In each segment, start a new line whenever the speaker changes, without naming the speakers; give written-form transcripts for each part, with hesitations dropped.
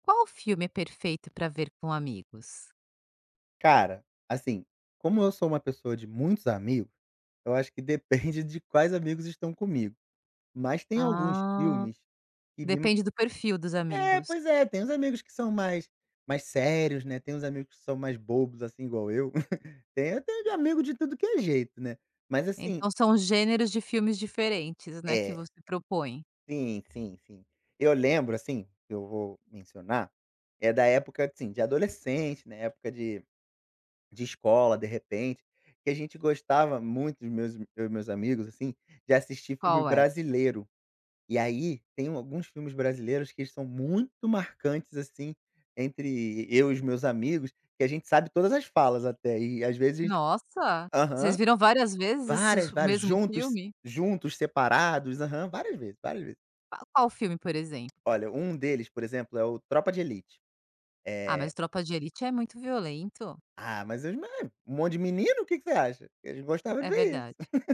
Qual filme é perfeito para ver com amigos?
Cara, assim, como eu sou uma pessoa de muitos amigos, eu acho que depende de quais amigos estão comigo. Mas tem alguns
Ah,
filmes que me.
depende do perfil dos
É,
amigos.
pois é, tem uns amigos que são mais sérios, né, tem uns amigos que são mais bobos, assim, igual eu. Tem eu tenho amigo de tudo que é jeito, né. Mas assim.
Então são gêneros de filmes diferentes, né, que
É,
você propõe.
sim, sim, sim. Eu lembro, assim, que eu vou mencionar, é da época, assim, de adolescente, né, época de escola, de repente, que a gente gostava muito, os meus eu e meus amigos, assim, de assistir filme
Qual é?
brasileiro. E aí, tem um, alguns filmes brasileiros que são muito marcantes, assim, entre eu e os meus amigos, que a gente sabe todas as falas até, e às vezes a gente.
Nossa, vocês
Aham,
viram várias vezes
várias,
o
várias,
mesmo
juntos
filme?
juntos, separados, aham, várias vezes, várias vezes.
Qual filme, por exemplo?
Olha, um deles, por exemplo, é o Tropa de Elite.
Ah,
Eh,
mas Tropa de Elite é muito violento.
ah, mas os me um monte de menino, o que que você acha? Eles gostavam de
É
ver isso.
verdade,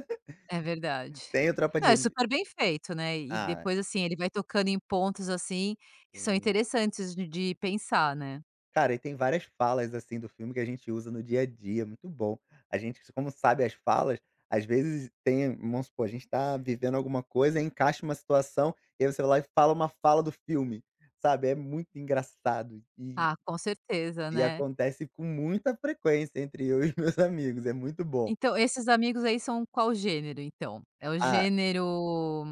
é verdade.
Tem o Tropa
Não,
de
é
Elite.
super bem feito, né, e
Ah.
depois, assim, ele vai tocando em pontos, assim, que são
Sim.
interessantes de pensar, né.
Cara, e tem várias falas, assim, do filme que a gente usa no dia a dia, muito bom. A gente, como sabe as falas, às vezes tem vamos supor, a gente tá vivendo alguma coisa, encaixa uma situação, e aí você vai lá e fala uma fala do filme, sabe, é muito engraçado
Ah, com certeza,
e
né.
acontece com muita frequência entre eu e os meus amigos, é muito bom.
Então, esses amigos aí são qual gênero então? É o
Ah.
gênero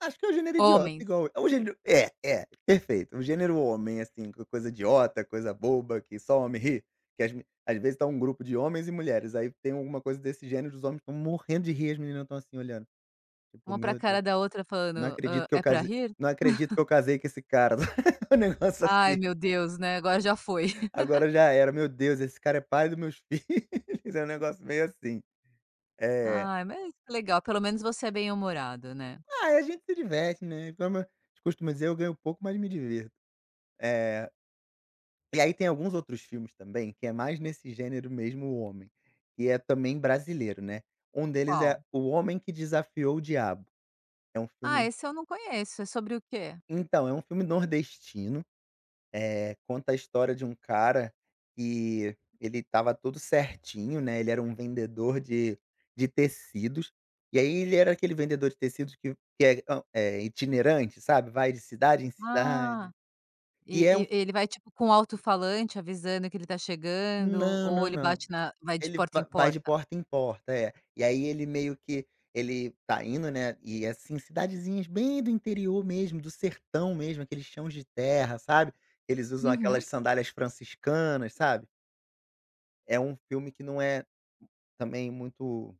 Acho que é o gênero idiota
homens?
igual é um gênero é, é, perfeito. O gênero homem, assim, co coisa idiota, coisa boba, que só homem ri, que as me às vezes tá um grupo de homens e mulheres, aí tem alguma coisa desse gênero, os homens estão morrendo de rir, as meninas estão assim olhando, tipo:
Uma pra
"Meu Deus,
cara da outra
não
falando: "Hã,
acredito que eu
é pra
casei
rir?
não acredito que eu casei com esse cara", um negócio
Ai
assim.
meu Deus, né, agora já foi".
"Agora já era, meu Deus, esse cara é pai dos meus filhos", é um negócio meio assim. É.
Ai, mas que legal, pelo menos você é bem-humorado, né.
Ah, a gente se diverte, né, como eu costumo dizer: "Eu ganho pouco, mas me divirto". É. E aí tem alguns outros filmes também, que é mais nesse gênero mesmo o homem, que é também brasileiro, né. Um deles é
Qual?
O Homem que Desafiou o Diabo, é um
Ah,
filme.
esse eu não conheço, é sobre o quê?
Então, é um filme nordestino, conta a história de um cara que ele estava todo certinho, né, ele era um vendedor de tecidos, e aí ele era aquele vendedor de tecidos que é hã, é itinerante, sabe, vai de cidade em
Ah,
cidade, e é um.
e ele vai tipo com um alto-falante avisando que ele tá chegando
Não,
ou
não,
ele
não.
bate na vai de
Ele
porta em
va vai de
porta?
porta em porta, é. E aí ele meio que ele tá indo, né, e assim, cidadezinhas bem do interior mesmo, do sertão mesmo, aqueles chãos de terra, sabe. Eles usam
Uhum.
aquelas sandálias franciscanas, sabe. É um filme que não é também muito,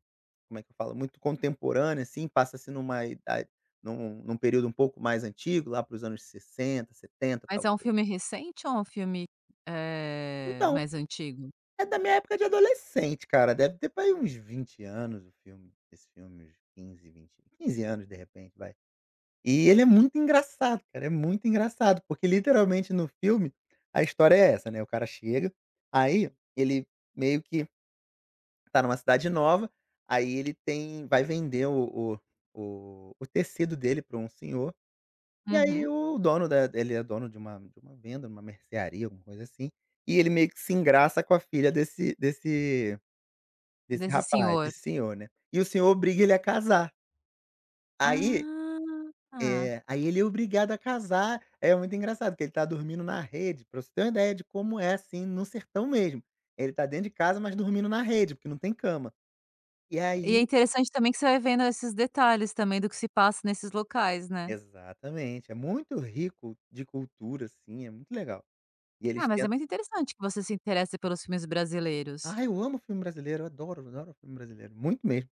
como é que eu falo, muito contemporâneo, assim, passa-se numa idade num período um pouco mais antigo, lá para os anos 60 70
Mas é um
talvez.
filme recente ou é um filme,
Então.
mais antigo?
É da minha época de adolescente, cara, deve ter por uns 20 anos o filme, esse filme, uns 15, 20, 15 anos de repente, vai. E ele é muito engraçado, cara, é muito engraçado, porque literalmente no filme a história é essa, né, o cara chega, aí ele meio que tá numa cidade nova, aí ele tem vai vender o o tecido dele para um senhor, e aí
Uhum.
o dono da ele é dono de uma venda, numa mercearia, alguma coisa assim, e ele meio que se engraça com a filha desse. Desse
Desse
rapaz,
senhor.
desse senhor, né. E o senhor obriga ele a casar. Aí
Ah!
é, aí ele é obrigado a casar, é muito engraçado, porque ele tá dormindo na rede, pra você ter uma ideia de como é, assim, no sertão mesmo. Ele tá dentro de casa, mas dormindo na rede, porque não tem cama. E
E é
aí
interessante também que você vai vendo esses detalhes também do que se passa nesses locais, né.
exatamente, é muito rico de cultura, assim, é muito legal. E
Ah,
eles
mas é
tentam
muito interessante que você se interesse pelos filmes brasileiros.
ah, eu amo filme brasileiro, eu adoro, adoro filme brasileiro, muito mesmo.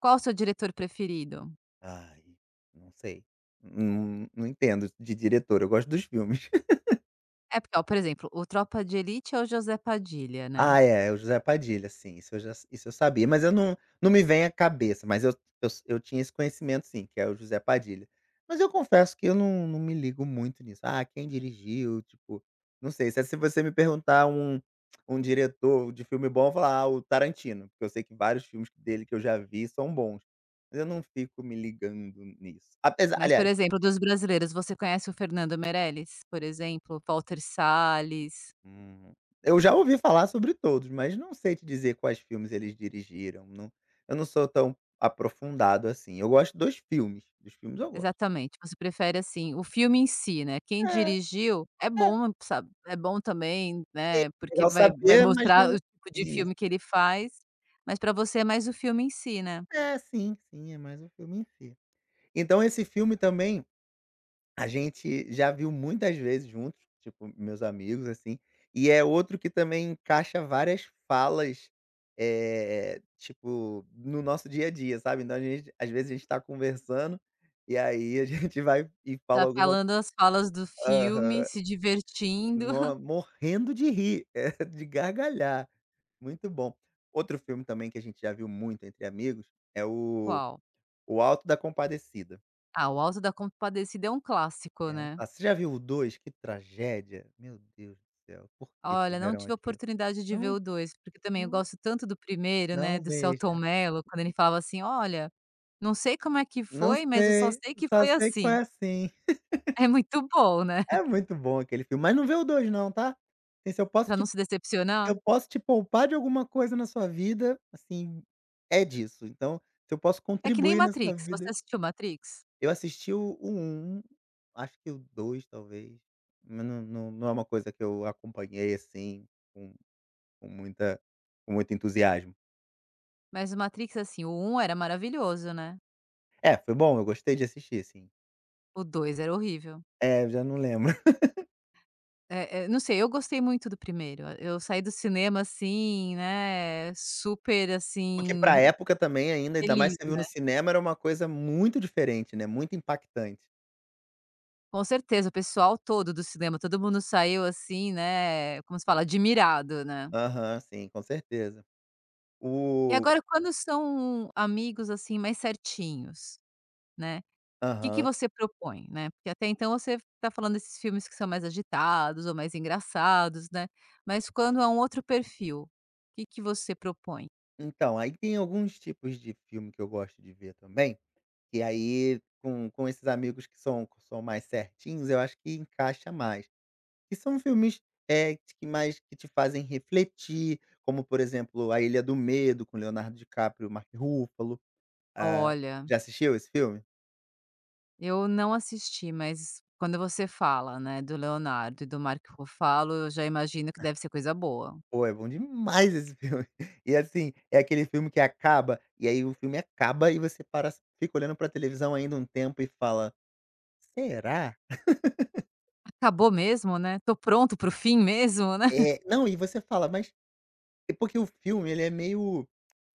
Qual o seu diretor preferido?
Ai, não sei, não entendo de diretor, eu gosto dos filmes.
É porque, ó, por exemplo, o Tropa de Elite é o José Padilha, né.
Ah, é, o José Padilha, sim, isso eu sabia, mas eu não me vem à cabeça, mas eu tinha esse conhecimento sim, que é o José Padilha. Mas eu confesso que eu não não me ligo muito nisso. Ah, quem dirigiu, tipo, não sei, se você me perguntar um um diretor de filme bom, eu vou falar: "Ah, o Tarantino", porque eu sei que vários filmes dele que eu já vi são bons, mas eu não fico me ligando nisso. Apesar
Mas, por
aliás.
exemplo, dos brasileiros, você conhece o Fernando Meirelles, por exemplo, Walter Salles?
Hum. Eu já ouvi falar sobre todos, mas não sei te dizer quais filmes eles dirigiram, não eu não sou tão aprofundado assim. Eu gosto dos filmes eu gosto.
Exatamente, você prefere, assim, o filme em si, né, quem
É,
dirigiu é
é
bom, sabe, é bom também, né, porque
legal
vai
saber, mas
mostrar o
não.
tipo de
Isso.
filme que ele faz, mas pra você é mais o filme em si, né.
É, sim, sim, é mais um filme em si. Então esse filme também. A gente já viu muitas vezes juntos, tipo, meus amigos, assim, e é outro que também encaixa várias falas, tipo, no nosso dia a dia, sabe. Então a gente às vezes a gente tá conversando, e aí a gente vai e
Tá
fala alguma.
falando as falas do filme,
Aham.
se divertindo.
Morrendo de rir, de gargalhar. Muito bom. Outro filme também que a gente já viu muito entre amigos é o
Qual?
O Alto da Compadecida.
Ah, o Alto da Compadecida é um clássico,
É um
né.
clássico. Você já viu o 2? Que tragédia. Meu Deus do céu, por que
Olha, não
fizeram
tive a
aquilo?
oportunidade de ver
Não,
o 2, porque também eu
não,
gosto tanto do primeiro, né,
não
do Selton
veja.
Mello, quando ele falava assim: "Olha, não sei como é que
Não
foi, mas eu só
sei,
sei que
só
foi
sei que foi
assim".
assim.
É muito bom, né.
É muito bom aquele filme, mas não vê o 2, não, tá? Assim, se eu posso
Pra não
te
se decepcionar?
eu posso te poupar de alguma coisa na sua vida, assim, é disso. Então, se eu posso
É que nem
contribuir na sua
Matrix, você
vida
assistiu Matrix?
eu assisti o 1, acho que o 2, talvez, mas não é uma coisa que eu acompanhei, assim, com com muita com muito entusiasmo.
Mas o Matrix, assim, o um era maravilhoso, né,
É, foi bom, eu gostei de assistir, sim.
o 2 era horrível.
É, eu já não lembro.
Não sei, eu gostei muito do primeiro, eu saí do cinema, assim, né, super,
Porque pra
assim,
época também ainda, ainda mais
feliz,
que você viu
né.
no cinema, era uma coisa muito diferente, né, muito impactante.
Com certeza, o pessoal todo do cinema, todo mundo saiu, assim, né, como se fala? Admirado, né.
Aham, sim, com certeza.
E
O
agora quando são amigos, assim, mais certinhos, né. Que
aham.
você propõe, né? Porque até então você tá falando desses filmes que são mais agitados ou mais engraçados, né, mas quando é um outro perfil, o que que você propõe?
Então, aí tem alguns tipos de filme que eu gosto de ver também. E aí com esses amigos que são mais certinhos, eu acho que encaixa mais. E são filmes, é que mais que te fazem refletir, como por exemplo, A Ilha do Medo, com Leonardo DiCaprio e Mark Ruffalo. Ah,
Olha,
já assistiu esse filme?
eu não assisti, mas quando você fala, né, do Leonardo e do Marco Ruffalo, eu já imagino que deve ser coisa boa.
Pô, é bom demais esse filme. E assim, é aquele filme que acaba, e aí o filme acaba e você para fica olhando pra televisão ainda um tempo e fala: "Será?"
Acabou mesmo, né? Tô pronto para o fim mesmo, né?
É, não, e você fala: "Mas" é porque o filme ele é meio,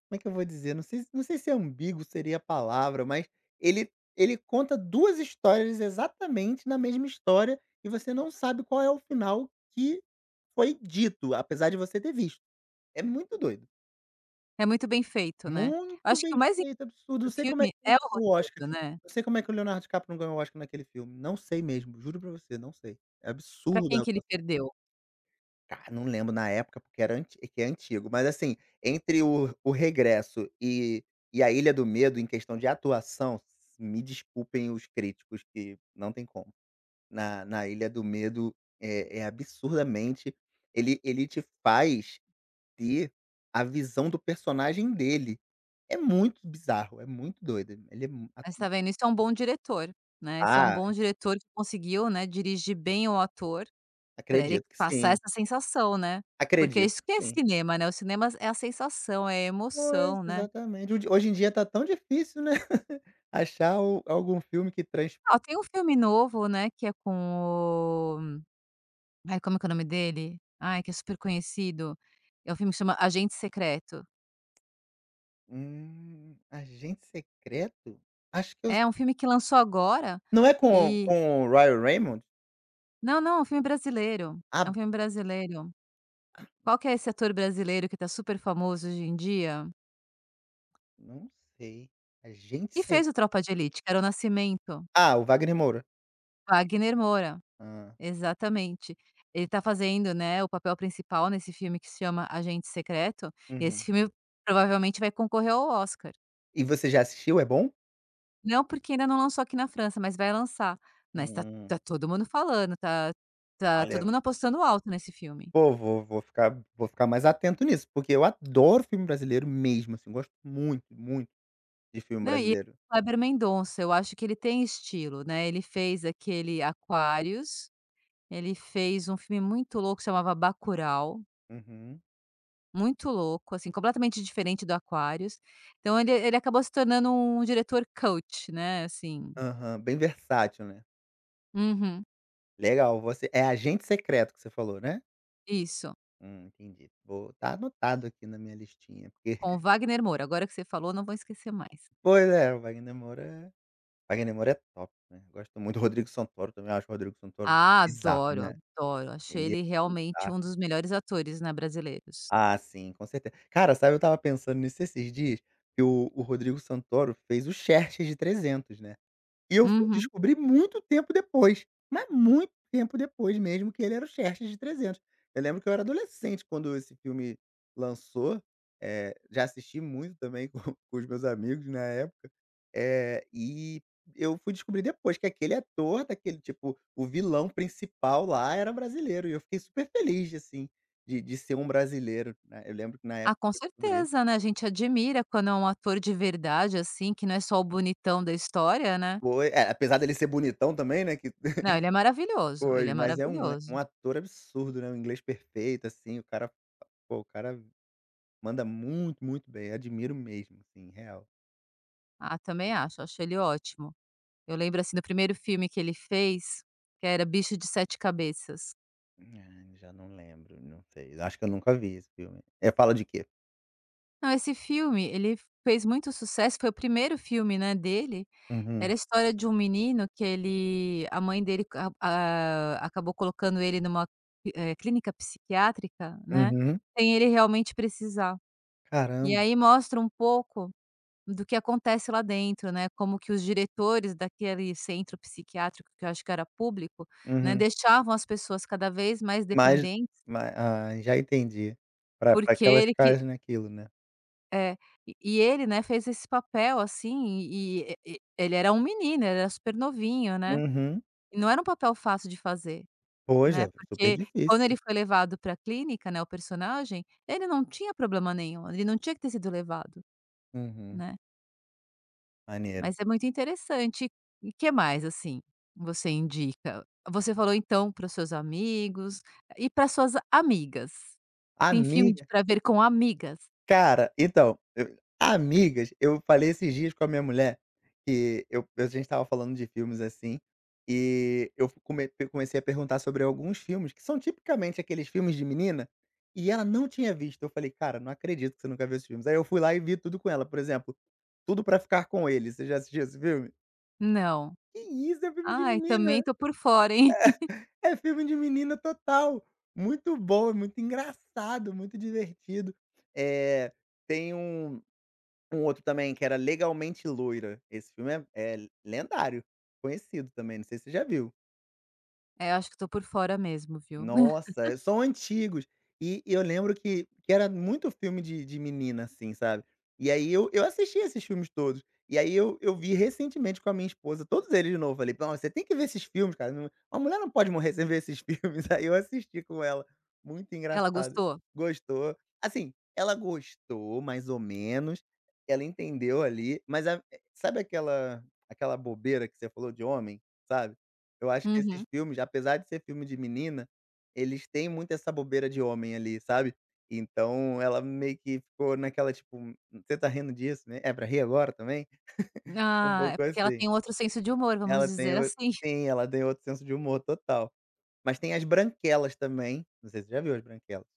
como é que eu vou dizer? Não sei se é ambíguo seria a palavra, mas ele ele conta 2 histórias exatamente na mesma história, e você não sabe qual é o final que foi dito, apesar de você ter visto. É muito doido.
É muito bem feito, né?
Muito
Acho que o
bem
mais
feito,
incrível
absurdo.
do
Não sei como é
filme
que não
é o
ganhou o
roteiro,
Oscar.
né?
Não sei como é que o Leonardo DiCaprio não ganhou o Oscar naquele filme. Não sei mesmo, juro pra você, não sei. É
Pra quem
absurda a
que ele
atuação.
perdeu?
Cara, não lembro na época, porque era anti que é antigo, mas assim, entre o Regresso e A Ilha do Medo, em questão de atuação, me desculpem os críticos que não tem como. Na na Ilha do Medo é é absurdamente ele te faz ter a visão do personagem dele. É muito bizarro, é muito doido. Ele é mu
Mas tá vendo, isso é um bom diretor, né, isso é um
a ah,
bom diretor que conseguiu, né, dirigir bem o ator, pra ele
acredito que
passar
sim,
essa sensação, né. Porque
acredito
isso que
que
é
sim.
cinema, né, o cinema é a sensação, é a
Pois,
emoção, né.
exatamente. Hoje em dia tá tão difícil, né, achar o algum filme que trans
Ó, tem um filme novo, né, que é com o ai, como é que é o nome dele? Ai, que é super conhecido. É um filme que chama Agente Secreto.
Agente Secreto? Acho que eu
É um filme que lançou agora
não é
e
com o Ryan Reynolds?
não, não, é um filme brasileiro, é um
Ah,
filme brasileiro. Qual que é esse ator brasileiro que tá super famoso hoje em dia?
não sei. Agente
Que fez
secreto
o Tropa de Elite, que era o Nascimento,
ah, o Wagner Moura.
Wagner Moura,
Hã,
exatamente. Ele tá fazendo, né, o papel principal nesse filme que se chama Agente Secreto, e esse
uhum.
filme provavelmente vai concorrer ao Oscar.
E você já assistiu, é bom?
Não porque ainda não lançou aqui na França, mas vai lançar, mas tá
Hum,
tá todo mundo falando, tá todo
olha.
mundo apostando alto nesse filme.
Pô, vou ficar mais atento nisso, porque eu adoro filme brasileiro mesmo, assim, gosto muito, muito de filme
Não, e o
brasileiro.
Kleber Mendonça, eu acho que ele tem estilo, né, ele fez aquele Aquários, ele fez um filme muito louco que chamava Bacurau.
Uhum.
Muito louco, assim, completamente diferente do Aquarius. Então ele acabou se tornando um diretor coach, né, assim.
Aham, bem versátil, né.
Uhum.
Legal, você é Agente Secreto que você falou, né?
Isso,
Entendi. Vou tá anotado aqui na minha listinha, porque
com o Wagner Moura, agora que você falou não vou esquecer mais.
pois é, o Wagner Moura é top, né, gosto muito. Rodrigo Santoro também, acho o Rodrigo Santoro
Ah,
bizarro,
adoro,
né,
adoro, achei
ele é
ele realmente
bizarro.
um dos melhores atores, né, brasileiros.
Ah, sim, com certeza. Cara, sabe, eu estava pensando nisso esses dias, que o Rodrigo Santoro fez o Xerxes de 300, né. E eu fui
Uhum.
descobrir muito tempo depois, mas muito tempo depois mesmo, que ele era o Xerxes de 300. Eu lembro que eu era adolescente quando esse filme lançou, já assisti muito também com com os meus amigos na época, e eu fui descobrir depois que aquele ator daquele tipo, o vilão principal lá era brasileiro, e eu fiquei super feliz assim, de ser um brasileiro, né. Eu lembro que na
Ah,
época
com
eu descobri
certeza, né, a gente admira quando é um ator de verdade, assim, que não é só o bonitão da história, né.
foi é, apesar dele ser bonitão também, né, que
Não, ele é maravilhoso, ele é
Pois, mas é um
maravilhoso.
um ator absurdo, né, o inglês perfeito, assim, o cara, pô, o cara manda muito, muito bem, admiro mesmo, assim, real.
Ah, também acho, acho ele ótimo. Eu lembro, assim, do primeiro filme que ele fez, que era Bicho de Sete Cabeças.
Ai, já não lembro, não sei, acho que eu nunca vi esse filme. É fala de quê?
Não, esse filme, ele fez muito sucesso, foi o primeiro filme, né, dele. Era a
Uhum,
história de um menino que ele a mãe dele a acabou colocando ele numa, clínica psiquiátrica, né,
uhum.
sem ele realmente precisar. E
Caramba,
aí mostra um pouco do que acontece lá dentro, né, como que os diretores daquele centro psiquiátrico, que eu acho que era público, né,
uhum.
deixavam as pessoas cada vez mais
Mas
dependentes.
mas ah, já entendi. Pra
Porque
que elas
ele que
caem naquilo, né.
é, e ele, né, fez esse papel, assim, e e ele era um menino, ele era super novinho, né.
Uhum.
E não era um papel fácil de fazer,
Pois,
né,
é super
porque quando ele
difícil.
foi levado pra clínica, né, o personagem, ele não tinha problema nenhum, ele não tinha que ter sido levado,
Uhum,
né.
maneiro.
Mas é muito interessante. E que mais, assim, você indica? Você falou então para os seus amigos e para suas amigas. Tem filme de
Amiga.
pra ver com amigas?
Cara, então, eu amigas, eu falei esses dias com a minha mulher que eu a gente estava falando de filmes, assim, e eu comecei a perguntar sobre alguns filmes que são tipicamente aqueles filmes de menina, e ela não tinha visto. Eu falei: "Cara, não acredito que você nunca viu esses filmes". Aí eu fui lá e vi tudo com ela, por exemplo, Tudo Pra Ficar com Ele, você já assistiu esse filme?
Não.
Que isso, é filme de
Ai, também
menina,
tô por fora, hein.
é filme de menina total. Muito bom, é muito engraçado, muito divertido. É, tem um um outro também que era Legalmente Loira, esse filme é lendário, conhecido também, não sei se você já viu.
É, eu acho que tô por fora mesmo, viu.
Nossa, é, são antigos. E eu lembro que era muito filme de menina, assim, sabe. E aí eu assisti esses filmes todos. E aí eu vi recentemente com a minha esposa todos eles de novo. Falei: "Não, você tem que ver esses filmes, cara. Não uma mulher não pode morrer sem ver esses filmes". Aí eu assisti com ela. Muito
Ela
engraçado.
gostou?
Gostou. Assim, ela gostou mais ou menos. Ela entendeu ali, mas a sabe aquela bobeira que você falou de homem, sabe. Eu acho que esses
Uhum.
filmes, apesar de ser filme de menina eles têm muito essa bobeira de homem ali, sabe. Então ela meio que ficou naquela tipo: você tá rindo disso, né, é pra rir agora também?" Um
Ah, é
pouco
porque ela
assim.
tem outro senso de humor, vamos
Ela tem
dizer
o
assim.
sim, ela tem outro senso de humor total. Mas tem as branquelas também, não sei se você já viu as branquelas.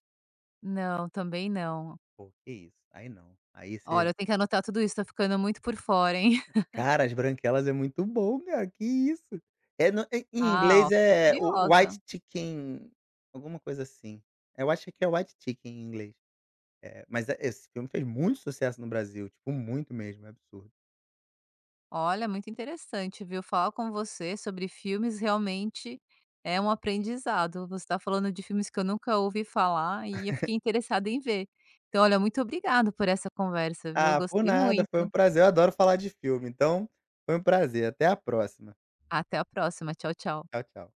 Não, também não.
Pô, que isso, aí não, aí você
Olha, eu tenho que anotar tudo isso, tô ficando muito por fora, hein.
cara, as branquelas é muito bom, cara, que isso. É no em
Ah, ó,
inglês
fiquei
é o
curiosa.
White Chicken, alguma coisa assim. Eu acho que é White Chicken em inglês. É, mas é esse filme fez muito sucesso no Brasil, tipo, muito mesmo, é absurdo.
Olha, muito interessante, viu. Falar com você sobre filmes realmente é um aprendizado. Você tá falando de filmes que eu nunca ouvi falar e eu fiquei interessada em ver. Então, olha, muito obrigado por essa conversa, viu.
Ah, por
Gostei
nada, foi
muito.
um prazer, eu adoro falar de filme, então foi um prazer, até a próxima.
Até a próxima. Tchau, tchau.
Tchau, tchau.